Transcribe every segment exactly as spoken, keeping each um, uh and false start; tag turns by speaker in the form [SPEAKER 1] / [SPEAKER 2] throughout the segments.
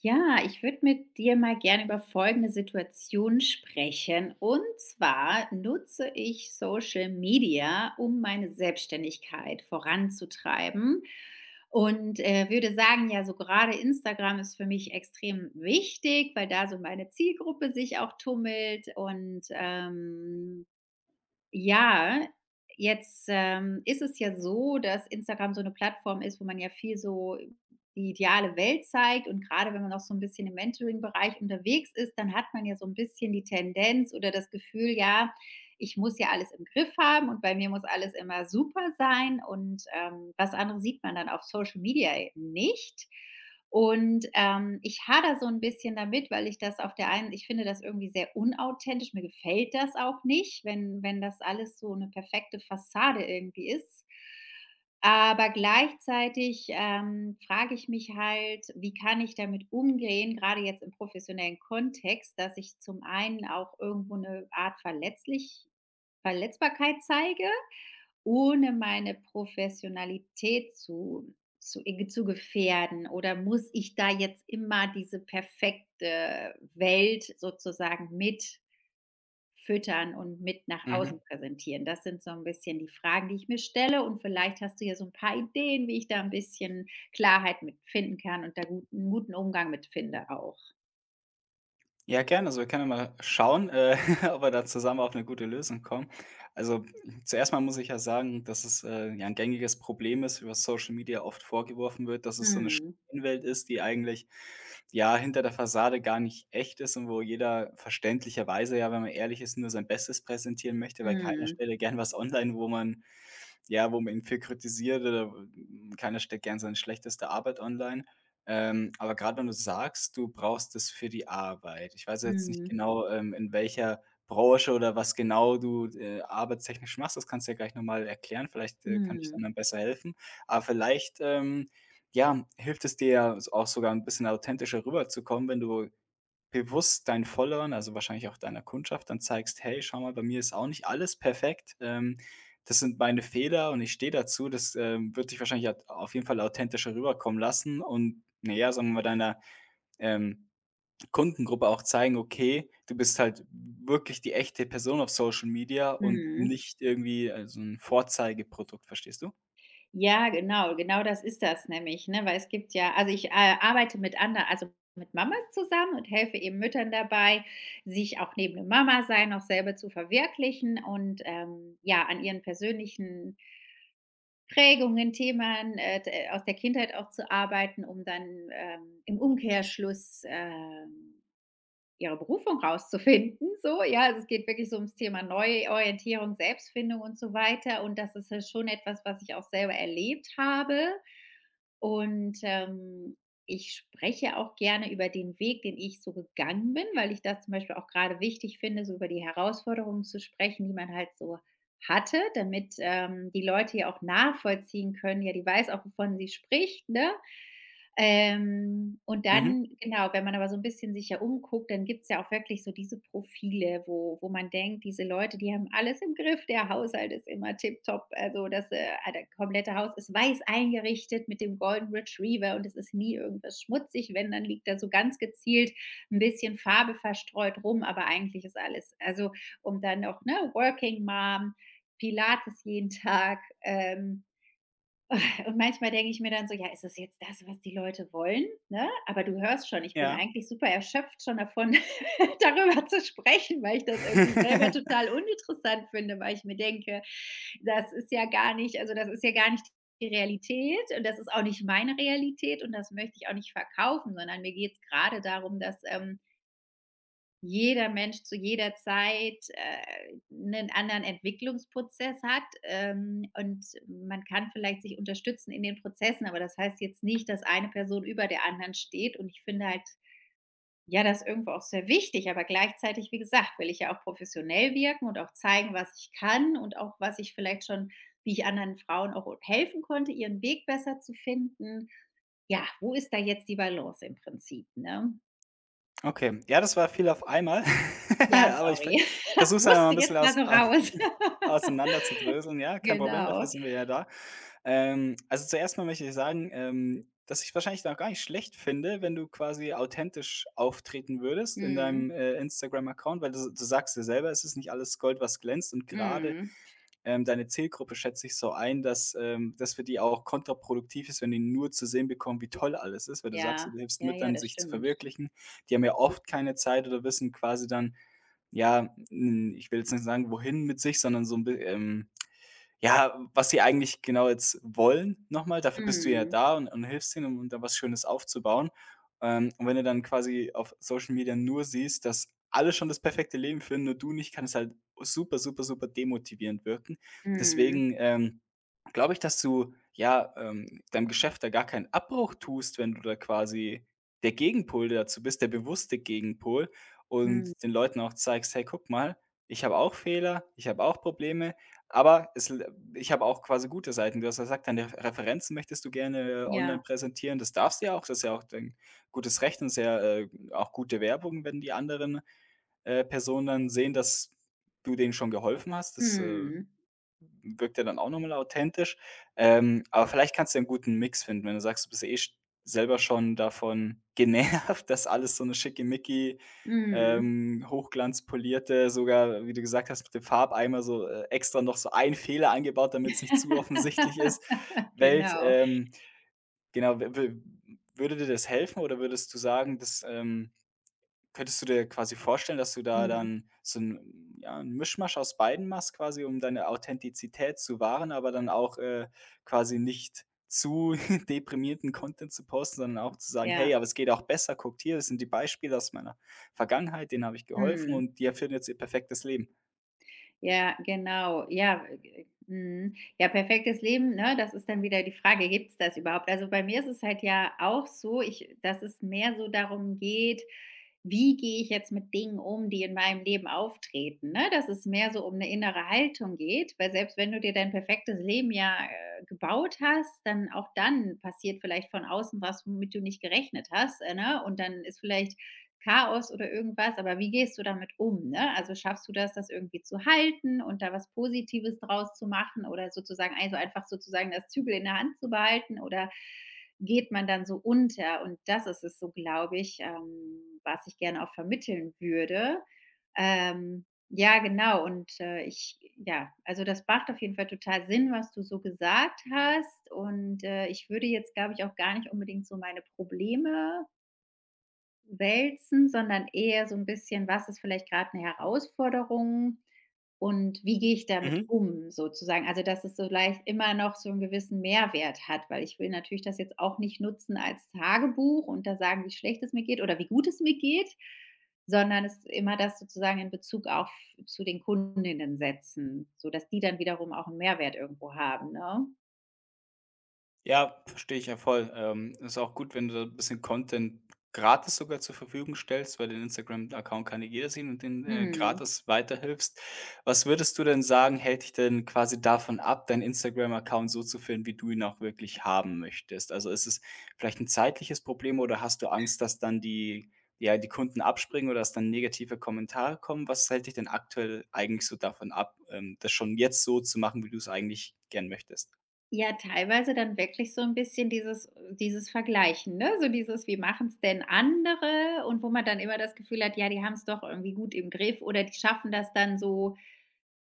[SPEAKER 1] Ja, ich würde mit dir mal gerne über folgende Situation sprechen. Und zwar nutze ich Social Media, um meine Selbstständigkeit voranzutreiben. Und äh, würde sagen, ja, so gerade Instagram ist für mich extrem wichtig, weil da so meine Zielgruppe sich auch tummelt. Und ähm, ja, jetzt, ähm, ist es ja so, dass Instagram so eine Plattform ist, wo man ja viel so die ideale Welt zeigt, und gerade wenn man auch so ein bisschen im Mentoring-Bereich unterwegs ist, dann hat man ja so ein bisschen die Tendenz oder das Gefühl: „Ja, ich muss ja alles im Griff haben und bei mir muss alles immer super sein“, und, ähm, was anderes sieht man dann auf Social Media eben nicht. Und, ähm, ich hadere so ein bisschen damit, weil ich das auf der einen ich finde das irgendwie sehr unauthentisch. Mir gefällt das auch nicht, wenn wenn das alles so eine perfekte Fassade irgendwie ist. Aber gleichzeitig, ähm, frage ich mich halt, wie kann ich damit umgehen, gerade jetzt im professionellen Kontext, dass ich zum einen auch irgendwo eine Art verletzlich Verletzbarkeit zeige, ohne meine Professionalität zu zu äh, zu gefährden, oder muss ich da jetzt immer diese perfekte Welt sozusagen mit füttern und mit nach
[SPEAKER 2] Mhm.
[SPEAKER 1] außen präsentieren? Das sind so ein bisschen die Fragen, die ich mir stelle, und vielleicht hast du ja so ein paar Ideen, wie ich da ein bisschen Klarheit mit finden kann und da guten einen guten Umgang mit finde auch.
[SPEAKER 2] Ja, gerne. Also, wir können ja mal schauen, äh, ob wir da zusammen auf eine gute Lösung kommen. Also, zuerst mal muss ich ja sagen, dass es, äh, ja ein gängiges Problem ist, über Social Media oft vorgeworfen wird, dass es so eine
[SPEAKER 1] Mhm.
[SPEAKER 2] Scheinwelt ist, die eigentlich, ja, hinter der Fassade gar nicht echt ist, und wo jeder verständlicherweise, ja, wenn man ehrlich ist, nur sein Bestes präsentieren möchte, weil keiner
[SPEAKER 1] Mhm.
[SPEAKER 2] stellt ja gern was online, wo man ja, wo man ihn viel kritisiert oder hm, keiner stellt gern seine schlechteste Arbeit online. Ähm, aber gerade wenn du sagst, du brauchst es für die Arbeit. Ich weiß jetzt nicht
[SPEAKER 1] Mhm.
[SPEAKER 2] genau, ähm, in welcher Branche oder was genau du, äh, arbeitstechnisch machst. Das kannst du ja gleich noch mal erklären. Vielleicht, äh, kann ich dann
[SPEAKER 1] Mhm.
[SPEAKER 2] dann besser helfen. Aber vielleicht, ähm, ja, hilft es dir ja so auch sogar ein bisschen authentischer rüberzukommen, wenn du bewusst deinen Followern, also wahrscheinlich auch deiner Kundschaft, dann zeigst: „Hey, schau mal, bei mir ist auch nicht alles perfekt. Ähm, das sind meine Fehler und ich stehe dazu.“ Das, ähm, wird dich wahrscheinlich at auf jeden Fall authentischer rüberkommen lassen und, naja, sagen wir mal, deiner, ähm, Kundengruppe auch zeigen: „Okay, du bist halt wirklich die echte Person auf Social Media und
[SPEAKER 1] Mhm.
[SPEAKER 2] nicht irgendwie, äh, so 'n Vorzeigeprodukt“, verstehst du?
[SPEAKER 1] Ja, genau, genau das ist das nämlich, ne? Weil es gibt ja also ich, äh, arbeite mit anderen, also mit Mamas zusammen und helfe eben Müttern dabei, sich auch neben dem Mama-Sein auch selber zu verwirklichen und, ähm, ja, an ihren persönlichen Prägungen, Themen, äh, d äh, aus der Kindheit auch zu arbeiten, um dann, ähm, im Umkehrschluss, ähm ihre Berufung rauszufinden, so, ja, also es geht wirklich so ums Thema Neuorientierung, Selbstfindung und so weiter, und das ist ja schon etwas, was ich auch selber erlebt habe, und, ähm, ich spreche auch gerne über den Weg, den ich so gegangen bin, weil ich das zum Beispiel auch gerade wichtig finde, so über die Herausforderungen zu sprechen, die man halt so hatte, damit, ähm, die Leute ja auch nachvollziehen können: „Ja, die weiß auch, wovon sie spricht“, ne? Ähm, und
[SPEAKER 2] Mhm,
[SPEAKER 1] dann genau, wenn man aber so ein bisschen sich ja umguckt, dann gibt's ja auch wirklich so diese Profile, wo wo man denkt, diese Leute, die haben alles im Griff, der Haushalt ist immer tipptopp, also das, äh ah, der komplette Haus ist weiß eingerichtet mit dem Golden Retriever und es ist nie irgendwas schmutzig. Wenn, dann liegt da so ganz gezielt ein bisschen Farbe verstreut rum, aber eigentlich ist alles also um dann noch, ne, Working Mom, Pilates jeden Tag, ähm und manchmal denke ich mir dann so: „Ja, ist das jetzt das, was die Leute wollen?“, ne? Aber du hörst schon, ich bin
[SPEAKER 2] ja.
[SPEAKER 1] eigentlich super erschöpft schon davon, darüber zu sprechen, weil ich das irgendwie selber total uninteressant finde, weil ich mir denke: „Das ist ja gar nicht also, das ist ja gar nicht die Realität, und das ist auch nicht meine Realität, und das möchte ich auch nicht verkaufen“, sondern mir geht es gerade darum, dass, ähm jeder Mensch zu jeder Zeit, äh, 'nen anderen Entwicklungsprozess hat, ähm, und man kann vielleicht sich unterstützen in den Prozessen, aber das heißt jetzt nicht, dass eine Person über der anderen steht, und ich finde halt, ja, das ist irgendwo auch sehr wichtig, aber gleichzeitig, wie gesagt, will ich ja auch professionell wirken und auch zeigen, was ich kann, und auch, was ich vielleicht schon wie ich anderen Frauen auch helfen konnte, ihren Weg besser zu finden. Ja, wo ist da jetzt die Balance im Prinzip, ne?
[SPEAKER 2] Okay, ja, das war viel auf einmal,
[SPEAKER 1] Ja,
[SPEAKER 2] aber ich
[SPEAKER 1] sorry.
[SPEAKER 2] versuche
[SPEAKER 1] Das
[SPEAKER 2] es einfach mal
[SPEAKER 1] musste
[SPEAKER 2] ein bisschen
[SPEAKER 1] jetzt mal
[SPEAKER 2] aus
[SPEAKER 1] so raus.
[SPEAKER 2] auseinander zu dröseln, ja, kein Problem, dafür
[SPEAKER 1] Genau.
[SPEAKER 2] sind wir ja da. Ähm, also zuerst mal möchte ich sagen, ähm, dass ich wahrscheinlich noch gar nicht schlecht finde, wenn du quasi authentisch auftreten würdest in
[SPEAKER 1] Mhm.
[SPEAKER 2] deinem, äh, Instagram-Account, weil du du sagst ja selber, es ist nicht alles Gold, was glänzt, und gerade,
[SPEAKER 1] Mhm.
[SPEAKER 2] ähm, deine Zielgruppe schätze ich so ein, dass, ähm das für die auch kontraproduktiv ist, wenn die nur zu sehen bekommen, wie toll alles ist, weil du sagst ja,
[SPEAKER 1] Ja.
[SPEAKER 2] du hilfst
[SPEAKER 1] Ja, ja,
[SPEAKER 2] Müttern,
[SPEAKER 1] das
[SPEAKER 2] sich zu
[SPEAKER 1] stimmt.
[SPEAKER 2] verwirklichen. Die haben ja oft keine Zeit oder wissen quasi dann, ja, hm, ich will jetzt nicht sagen, wohin mit sich, sondern so ein bi ähm, ja, was sie eigentlich genau jetzt wollen nochmal. Dafür bist du ja
[SPEAKER 1] Mhm.
[SPEAKER 2] da und und hilfst ihnen, um um da was Schönes aufzubauen. Ähm, und wenn du dann quasi auf Social Media nur siehst, dass alle schon das perfekte Leben führen, nur du nicht, kann es halt super, super, super demotivierend wirken.
[SPEAKER 1] Mhm.
[SPEAKER 2] Deswegen, ähm glaube ich, dass du, ja, ähm, deinem Geschäft da gar keinen Abbruch tust, wenn du da quasi der Gegenpol dazu bist, der bewusste Gegenpol,
[SPEAKER 1] Mhm.
[SPEAKER 2] und den Leuten auch zeigst: „Hey, guck mal, ich habe auch Fehler, ich habe auch Probleme, aber es l ich habe auch quasi gute Seiten.“ Du hast ja gesagt, deine Referenzen möchtest du gerne, äh, online
[SPEAKER 1] Ja.
[SPEAKER 2] präsentieren. Das darfst du ja auch, das ist ja auch dein gutes Recht und sehr äh, auch gute Werbung, wenn die anderen, äh, Personen dann sehen, dass du denen schon geholfen hast. Das, äh,
[SPEAKER 1] Mhm.
[SPEAKER 2] wirkt ja dann auch nochmal authentisch. Ähm, aber vielleicht kannst du einen guten Mix finden, wenn du sagst, du bist eh sch selber schon davon genervt, dass alles so 'ne schickimicki,
[SPEAKER 1] Mhm.
[SPEAKER 2] ähm, hochglanzpolierte sogar, wie du gesagt hast, mit dem Farbeimer so, äh, extra noch so ein Fehler eingebaut, damit es nicht zu offensichtlich ist, Welt.
[SPEAKER 1] Genau.
[SPEAKER 2] Ähm, genau, w w würde dir das helfen oder würdest du sagen, dass ähm könntest du dir quasi vorstellen, dass du da
[SPEAKER 1] Mhm.
[SPEAKER 2] dann so 'n ja, 'n Mischmasch aus beiden machst quasi, um deine Authentizität zu wahren, aber dann auch, äh, quasi nicht zu deprimierten Content zu posten, sondern auch zu sagen: „Hey,
[SPEAKER 1] Ja.
[SPEAKER 2] aber es geht auch besser. Guckt hier, das sind die Beispiele aus meiner Vergangenheit, denen habe ich geholfen
[SPEAKER 1] Mhm.
[SPEAKER 2] und die findet jetzt ihr perfektes Leben.“
[SPEAKER 1] Ja, genau. Ja, äh, mhm. Ja, perfektes Leben, ne, das ist dann wieder die Frage, gibt's das überhaupt? Also, bei mir ist es halt ja auch so, ich dass es mehr so darum geht, wie gehe ich jetzt mit Dingen um, die in meinem Leben auftreten, ne? Dass es mehr so um eine innere Haltung geht, weil selbst wenn du dir dein perfektes Leben ja, äh, gebaut hast, dann auch dann passiert vielleicht von außen was, womit du nicht gerechnet hast, äh, ne? Und dann ist vielleicht Chaos oder irgendwas, aber wie gehst du damit um, ne? Also, schaffst du das, das irgendwie zu halten und da was Positives draus zu machen, oder sozusagen also, einfach sozusagen das Zügel in der Hand zu behalten, oder geht man dann so unter? Und das ist es so, glaube ich, ähm, was ich gerne auch vermitteln würde. Ähm, ja, genau und, äh, ich ja, also, das macht auf jeden Fall total Sinn, was du so gesagt hast, und, äh, ich würde jetzt, glaube ich, auch gar nicht unbedingt so meine Probleme wälzen, sondern eher so ein bisschen: Was ist vielleicht gerade eine Herausforderung und wie gehe ich damit
[SPEAKER 2] Mhm.
[SPEAKER 1] um sozusagen? Also, dass es so leicht immer noch so einen gewissen Mehrwert hat, weil ich will natürlich das jetzt auch nicht nutzen als Tagebuch und da sagen, wie schlecht es mir geht oder wie gut es mir geht, sondern es immer das sozusagen in Bezug auf zu den Kundinnen setzen, sodass die dann wiederum auch einen Mehrwert irgendwo haben, ne?
[SPEAKER 2] Ja, verstehe ich ja voll. Ähm, ist auch gut, wenn du da 'n bisschen Content gratis sogar zur Verfügung stellst, weil den Instagram-Account kann ja jeder sehen und den, äh,
[SPEAKER 1] Mhm.
[SPEAKER 2] gratis weiterhilfst. Was würdest du denn sagen, hält dich denn quasi davon ab, deinen Instagram-Account so zu führen, wie du ihn auch wirklich haben möchtest? Also, ist es vielleicht ein zeitliches Problem oder hast du Angst, dass dann die ja, die Kunden abspringen oder dass dann negative Kommentare kommen? Was hält dich denn aktuell eigentlich so davon ab, ähm, das schon jetzt so zu machen, wie du es eigentlich gern möchtest?
[SPEAKER 1] Ja, teilweise dann wirklich so ein bisschen dieses dieses Vergleichen, ne? So dieses: „Wie machen es denn andere?“ Und wo man dann immer das Gefühl hat: „Ja, die haben es doch irgendwie gut im Griff“, oder die schaffen das dann so,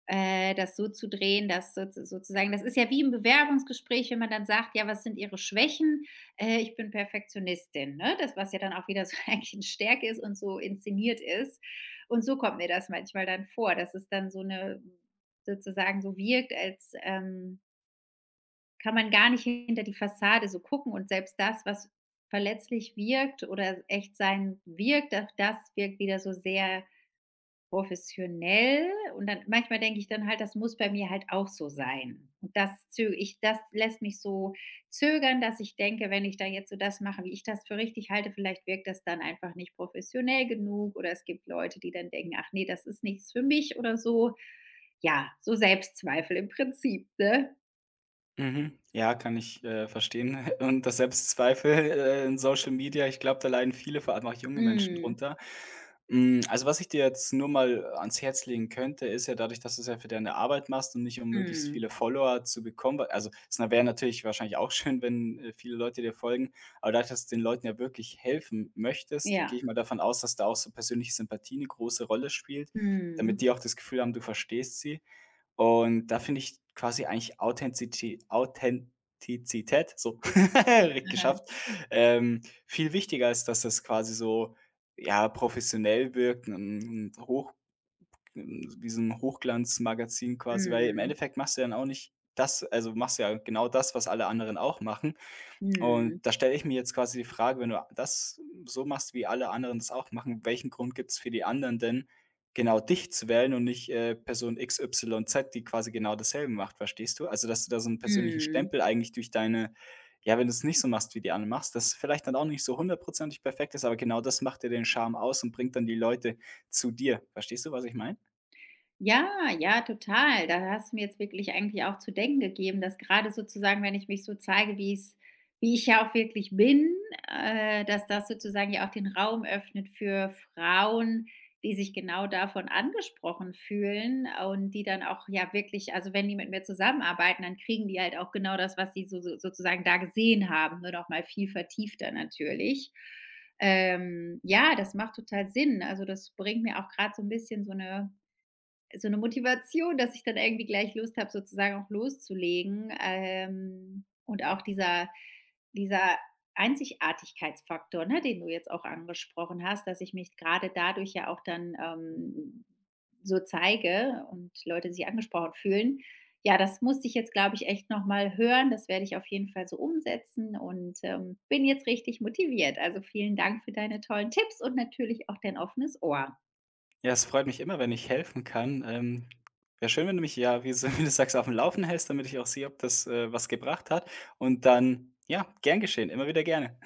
[SPEAKER 1] äh, das so zu drehen, dass sozu sozusagen das ist ja wie im Bewerbungsgespräch, wenn man dann sagt: „Ja, was sind Ihre Schwächen?“ „Äh, Ich bin Perfektionistin“, ne? Das, was ja dann auch wieder so eigentlich 'ne Stärke ist und so inszeniert ist. Und so kommt mir das manchmal dann vor, dass es dann so eine sozusagen so wirkt, als, ähm kann man gar nicht hinter die Fassade so gucken, und selbst das, was verletzlich wirkt oder echt sein wirkt, auch das wirkt wieder so sehr professionell, und dann manchmal denke ich dann halt, das muss bei mir halt auch so sein. Und das zö ich das lässt mich so zögern, dass ich denke, wenn ich da jetzt so das mache, wie ich das für richtig halte, vielleicht wirkt das dann einfach nicht professionell genug, oder es gibt Leute, die dann denken, ach nee, das ist nichts für mich oder so. Ja, so Selbstzweifel im Prinzip, ne?
[SPEAKER 2] Mhm. Ja, kann ich, äh, verstehen. Und das Selbstzweifel, äh, in Social Media, ich glaube, da leiden viele, vor allem auch junge Menschen
[SPEAKER 1] Mhm.
[SPEAKER 2] drunter. Hm, also, was ich dir jetzt nur mal ans Herz legen könnte, ist ja dadurch, dass du's ja für deine Arbeit machst und nicht um möglichst
[SPEAKER 1] Mhm.
[SPEAKER 2] viele Follower zu bekommen, weil also, es wäre natürlich wahrscheinlich auch schön, wenn, äh, viele Leute dir folgen, aber dadurch, dass du den Leuten ja wirklich helfen möchtest, gehe
[SPEAKER 1] Ja.
[SPEAKER 2] ich mal davon aus, dass da auch so persönliche Sympathie eine große Rolle spielt, damit
[SPEAKER 1] Mhm.
[SPEAKER 2] die auch das Gefühl haben, du verstehst sie. Und da finde ich quasi eigentlich Authenziti Authentizität, so, direkt geschafft, ähm, viel wichtiger ist, dass das quasi so, ja, professionell wirkt, 'n 'n hoch wie so 'n Hochglanzmagazin quasi, weil im
[SPEAKER 1] Mhm.
[SPEAKER 2] Endeffekt machst du ja dann auch nicht das also, machst du ja genau das, was alle anderen auch machen.
[SPEAKER 1] Mhm.
[SPEAKER 2] Und da stelle ich mir jetzt quasi die Frage, wenn du das so machst, wie alle anderen das auch machen, welchen Grund gibt es für die anderen denn, genau dich zu wählen und nicht, äh, Person X Y Z, die quasi genau dasselbe macht, verstehst du? Also, dass du da so einen persönlichen
[SPEAKER 1] Mhm.
[SPEAKER 2] Stempel eigentlich durch deine ja, wenn du es nicht so machst, wie die anderen machst, das vielleicht dann auch nicht so hundertprozentig perfekt ist, aber genau das macht ja den Charme aus und bringt dann die Leute zu dir. Verstehst du, was ich meine?
[SPEAKER 1] Ja, ja, total. Da hast du mir jetzt wirklich eigentlich auch zu denken gegeben, dass gerade sozusagen, wenn ich mich so zeige, wie es wie ich ja auch wirklich bin, äh, dass das sozusagen ja auch den Raum öffnet für Frauen, die sich genau davon angesprochen fühlen, und die dann auch ja wirklich also, wenn die mit mir zusammenarbeiten, dann kriegen die halt auch genau das, was sie so so sozusagen da gesehen haben, nur noch mal viel vertiefter natürlich. Ähm, ja, das macht total Sinn. Also, das bringt mir auch gerade so ein bisschen so eine so eine Motivation, dass ich dann irgendwie gleich Lust habe, sozusagen auch loszulegen, ähm, und auch dieser dieser Einzigartigkeitsfaktor, ne, den du jetzt auch angesprochen hast, dass ich mich gerade dadurch ja auch dann, ähm, so zeige und Leute sich angesprochen fühlen. Ja, das musste ich jetzt, glaube ich, echt noch mal hören. Das werde ich auf jeden Fall so umsetzen und, ähm, bin jetzt richtig motiviert. Also, vielen Dank für deine tollen Tipps und natürlich auch dein offenes Ohr.
[SPEAKER 2] Ja, es freut mich immer, wenn ich helfen kann. Ähm, wäre schön, wenn du mich ja, wie so wie du sagst, auf dem Laufen hältst, damit ich auch sehe, ob das, äh, was gebracht hat. Und dann, ja, gern geschehen, immer wieder gerne.